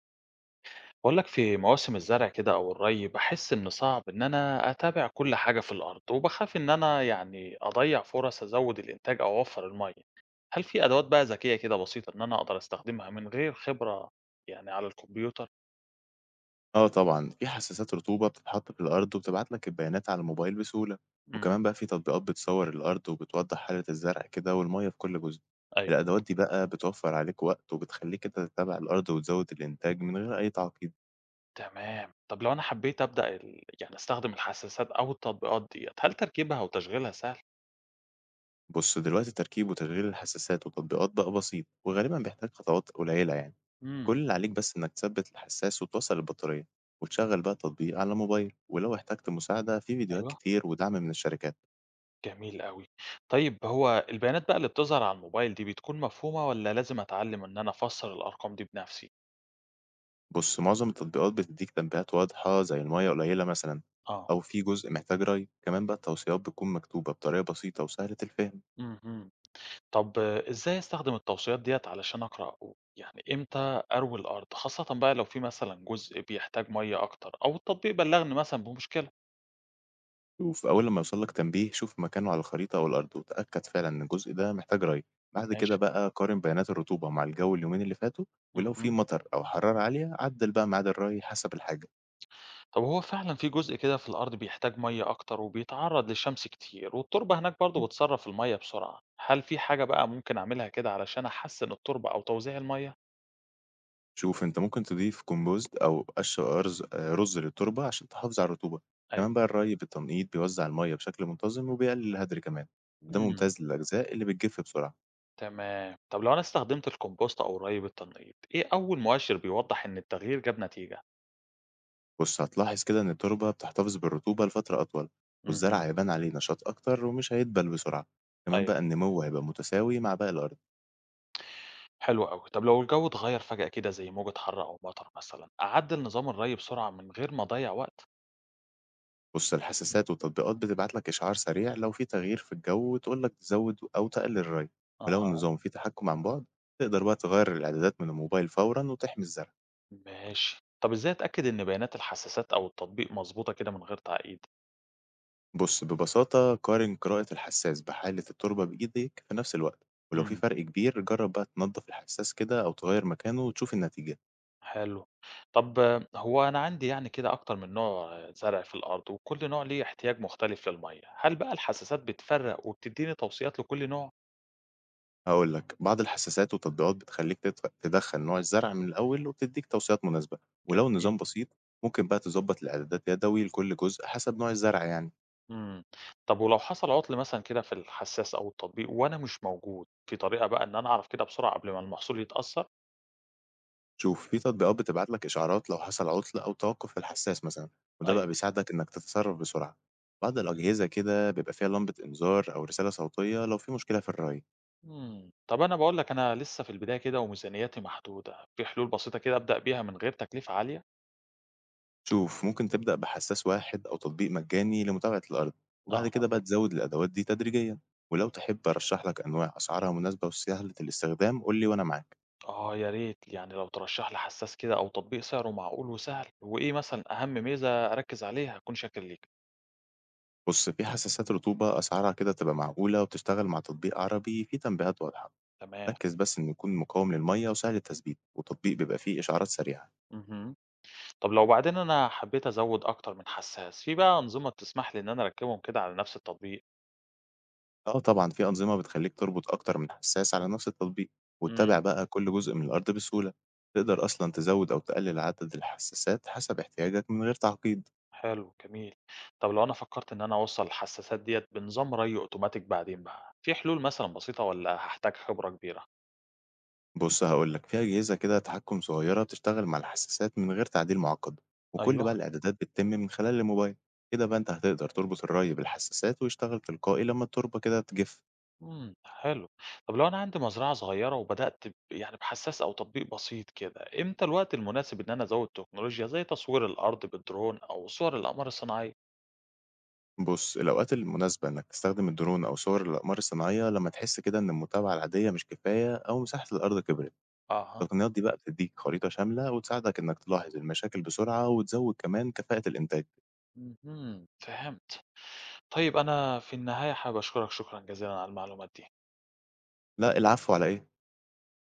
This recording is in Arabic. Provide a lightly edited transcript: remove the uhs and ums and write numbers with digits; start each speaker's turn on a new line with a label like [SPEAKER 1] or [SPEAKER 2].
[SPEAKER 1] باقول لك في مواسم الزرع كده أو الري باحس إن صعب إن أنا أتابع كل حاجة في الأرض، وباخاف إن أنا أضيّع فرص أزوّد الإنتاج أو أوفّر المَيّة. هل في أدوات بقى ذكية كده بسيطة إن أنا أقدر أستخدمها من غير خبرة يعني على الكمبيوتر؟
[SPEAKER 2] آه طبعًا، في حساسات رطوبة بتتحط في الأرض وبتبعت لك البيانات على الموبايل بسهولة،
[SPEAKER 1] إمم،
[SPEAKER 2] وكمان بقى في تطبيقات بتصور الأرض وبتوضح حالة الزرع كده والمَيّة في كل جزء.
[SPEAKER 1] أيوه،
[SPEAKER 2] الأدوات دي بقى بتوفّر عليك وقت وبتخلّيك أنت تتابع الأرض وتزوّد الإنتاج من غير أي تعقيد.
[SPEAKER 1] تمام. طب لو أنا حبيت أبدأ ال يعني أستخدم الحساسات أو التطبيقات ديّة، هل تركيبها وتشغيلها سهل؟
[SPEAKER 2] بُص، دلوقتي تركيب وتشغيل الحساسات وتطبيقات بقى بسيط وغالبًا بيحتاج خطوات قليلة يعني، كل
[SPEAKER 1] إمم،
[SPEAKER 2] اللي عليك بس إنك تثبّت الحساس وتوصّل البطارية، وتشغّل بقى التطبيق على الموبايل، ولو احتجت مساعدة في فيديوهات
[SPEAKER 1] أيوه.
[SPEAKER 2] كتير ودعم من الشركات.
[SPEAKER 1] جميل أوي. طيب هو البيانات بقى اللي بتظهر على الموبايل دي بتكون مفهومة والّا لازم أتعلّم إن أنا أفسّر الأرقام دي بنفسي؟
[SPEAKER 2] بُص، معظم التطبيقات بتدّيك تنبيهات واضحة زي المَيّة قليلة مثلًا،
[SPEAKER 1] آه،
[SPEAKER 2] أو في جزء محتاج ري، كمان بقى التوصيات بتكون مكتوبة بطريقة بسيطة وسهلة الفهم،
[SPEAKER 1] اهم. طب آه، إزاي أستخدم التوصيات ديّة علشان أقرأ أو إمتى أروي الأرض؟ خاصةً بقى لو في مثلًا جزء بيحتاج مَيّة أكتر أو التطبيق بلّغني مثلًا بمشكلة.
[SPEAKER 2] وفي أول لمّا يوصل لك تنبيه شوف مكانه على الخريطة أو الأرض وتأكد فعلًا إن الجزء ده محتاج ري، بعد كده
[SPEAKER 1] ماشي.
[SPEAKER 2] بقى قارن بيانات الرطوبة مع الجو اليومين اللي فاتوا، ولو في
[SPEAKER 1] اهم.
[SPEAKER 2] مطر أو حرارة عالية عدّل بقى ميعاد الري حسب الحاجة.
[SPEAKER 1] طب هو فعلًا في جزء كده في الأرض بيحتاج مَيّة أكتر وبيتعرّض للشمس كتير والتربة هناك برضه بتصرّف المَيّة بسرعة. هل في حاجة بقى ممكن أعملها كده علشان أحسّن التربة أو توزيع المَيّة؟
[SPEAKER 2] شوف، أنت ممكن تضيف كومبوست أو قش أرز رز للتربة عشان تحافظ على الرطوبة،
[SPEAKER 1] أيوه.
[SPEAKER 2] كمان بقى الري بالتنقيط بيوزّع المَيّة بشكل منتظم وبيقلل الهدر كمان، وده
[SPEAKER 1] إمم،
[SPEAKER 2] ممتاز للأجزاء اللي بتجف بسرعة.
[SPEAKER 1] تمام. طب لو أنا استخدمت الكومبوست أو الري بالتنقيط، إيه أول مؤشر بيوضح إن التغيير جاب نتيجة؟
[SPEAKER 2] بُص، هتلاحظ كده إن التربة بتحتفظ بالرطوبة لفترة أطول، والزرع
[SPEAKER 1] اهم،
[SPEAKER 2] هيبان عليه نشاط أكتر ومش هيدبل بسرعة، كمان
[SPEAKER 1] أيوه،
[SPEAKER 2] بقى النمو هيبقى متساوي مع باقي الأرض.
[SPEAKER 1] حلو أوي. طب لو الجو اتغير فجأة كده زي موجة حر أو مطر مثلًا، أعدل نظام الري بسرعة من غير ما أضيع وقت؟
[SPEAKER 2] بُص، الحساسات والتطبيقات بتبعت لك إشعار سريع لو في تغيير في الجو وتقول لك تزود أو تقلل الري، ولو
[SPEAKER 1] أها،
[SPEAKER 2] النظام فيه تحكم عن بُعد تقدر بقى تغيّر الإعدادات من الموبايل فورًا وتحمي الزرع.
[SPEAKER 1] ماشي. طب إزاي أتأكد إن بيانات الحساسات أو التطبيق مضبوطة كده من غير تعقيد؟
[SPEAKER 2] بُص، ببساطة قارن قراءة الحساس بحالة التربة بإيديك في نفس الوقت، ولو في
[SPEAKER 1] إمم،
[SPEAKER 2] فرق كبير جرب بقى تنضف الحساس كده أو تغير مكانه وتشوف النتيجة.
[SPEAKER 1] حلو. طب آه، هو أنا عندي كده أكتر من نوع آه، زرع في الأرض، وكل نوع ليه احتياج مختلف للمَيّة، هل بقى الحساسات بتفرق وبتديني توصيات لكل نوع؟
[SPEAKER 2] هاقول لك، بعض الحساسات والتطبيقات بتخليك تدخل نوع الزرع من الأول وبتديك توصيات مناسبة، ولو
[SPEAKER 1] جميل،
[SPEAKER 2] النظام بسيط ممكن بقى تضبط الإعدادات يدوي لكل جزء حسب نوع الزرع يعني.
[SPEAKER 1] إمم. طب ولو حصل عُطل مثلًا كده في الحسّاس أو التطبيق وأنا مش موجود، في طريقة بقى إن أنا أعرف كده بسرعة قبل ما المحصول يتأثّر؟
[SPEAKER 2] شوف، في تطبيقات بتبعت لك إشعارات لو حصل عطل أو توقف في الحساس مثلًا، وده بقى
[SPEAKER 1] أيوه.
[SPEAKER 2] بيساعدك إنك تتصرف بسرعة، بعض الأجهزة كده بيبقى فيها لمبة إنذار أو رسالة صوتية لو في مشكلة في الري.
[SPEAKER 1] إمم. طب أنا باقول لك أنا لسّه في البداية كده وميزانيّتي محدودة، في حلول بسيطة كده أبدأ بيها من غير تكلفة عالية؟
[SPEAKER 2] شوف، ممكن تبدأ بحساس واحد أو تطبيق مجاني لمتابعة الأرض، وبعد كده
[SPEAKER 1] أها.
[SPEAKER 2] بقى تزود الأدوات دي تدريجيا، ولو تحب أرشح لك أنواع أسعارها مناسبة وسهلة الاستخدام قول لي وأنا معاك.
[SPEAKER 1] آه يا ريت، لو ترشّح لي حسّاس كده أو تطبيق سعره معقول وسهل، وإيه مثلًا أهَم ميزة أركّز عليها؟ هاكون شاكر ليك.
[SPEAKER 2] بص، في حساسات رطوبة أسعارها كده تبقى معقولة وبتشتغل مع تطبيق عربي فيه تنبيهات واضحة،
[SPEAKER 1] تمام.
[SPEAKER 2] ركز بس إنه يكون مقاوم للمية وسهل التثبيت، وتطبيق بيبقى فيه إشعارات سريعة.
[SPEAKER 1] اهم. طب لو بعدين أنا حبّيت أزوّد أكتر من حسّاس، في بقى أنظمة بتسمح لي إن أنا أركّبهم كده على نفس التطبيق؟
[SPEAKER 2] أه طبعا، في أنظمة بتخليك تربط أكتر من حساس على نفس التطبيق وتتابع
[SPEAKER 1] إمم،
[SPEAKER 2] بقى كل جزء من الأرض بسهولة، تقدر أصلا تزود أو تقلل عدد الحساسات حسب احتياجك من غير تعقيد.
[SPEAKER 1] حلو جميل. طب لو أنا فكّرت إن أنا أوصّل الحساسات ديّة بنظام ري أوتوماتيك بعدين بقى، في حلول مثلًا بسيطة والّا هاحتاج خبرة كبيرة؟
[SPEAKER 2] بُص، هاقول لك، في أجهزة كده تحكُّم صغيرة بتشتغل مع الحساسات من غير تعديل معقّد، وكل
[SPEAKER 1] أيوه،
[SPEAKER 2] بقى الإعدادات بتتم من خلال الموبايل، كده بقى أنت هتقدر تربط الري بالحساسات ويشتغل تلقائي لمّا التربة كده تجف.
[SPEAKER 1] إمم، حلو. طب لو أنا عندي مزرعة صغيرة وبدأت ب يعني بحساس أو تطبيق بسيط كده، إمتى الوقت المناسب إن أنا أزوّد تكنولوجيا زي تصوير الأرض بالدرون أو صور الأقمار الصناعية؟
[SPEAKER 2] بُص، الأوقات المناسبة إنك تستخدم الدرون أو صور الأقمار الصناعية لمّا تحس كده إن المتابعة العادية مش كفاية أو مساحة الأرض كبرت.
[SPEAKER 1] أها،
[SPEAKER 2] التقنيات دي بقى بتديك خريطة شاملة وتساعدك إنك تلاحظ المشاكل بسرعة وتزوّد كمان كفاءة الإنتاج.
[SPEAKER 1] اهم، فهمت. طيب أنا في النهاية حابب أشكرك شكرًا جزيلًا على المعلومات دي.
[SPEAKER 2] لأ، العفو على إيه؟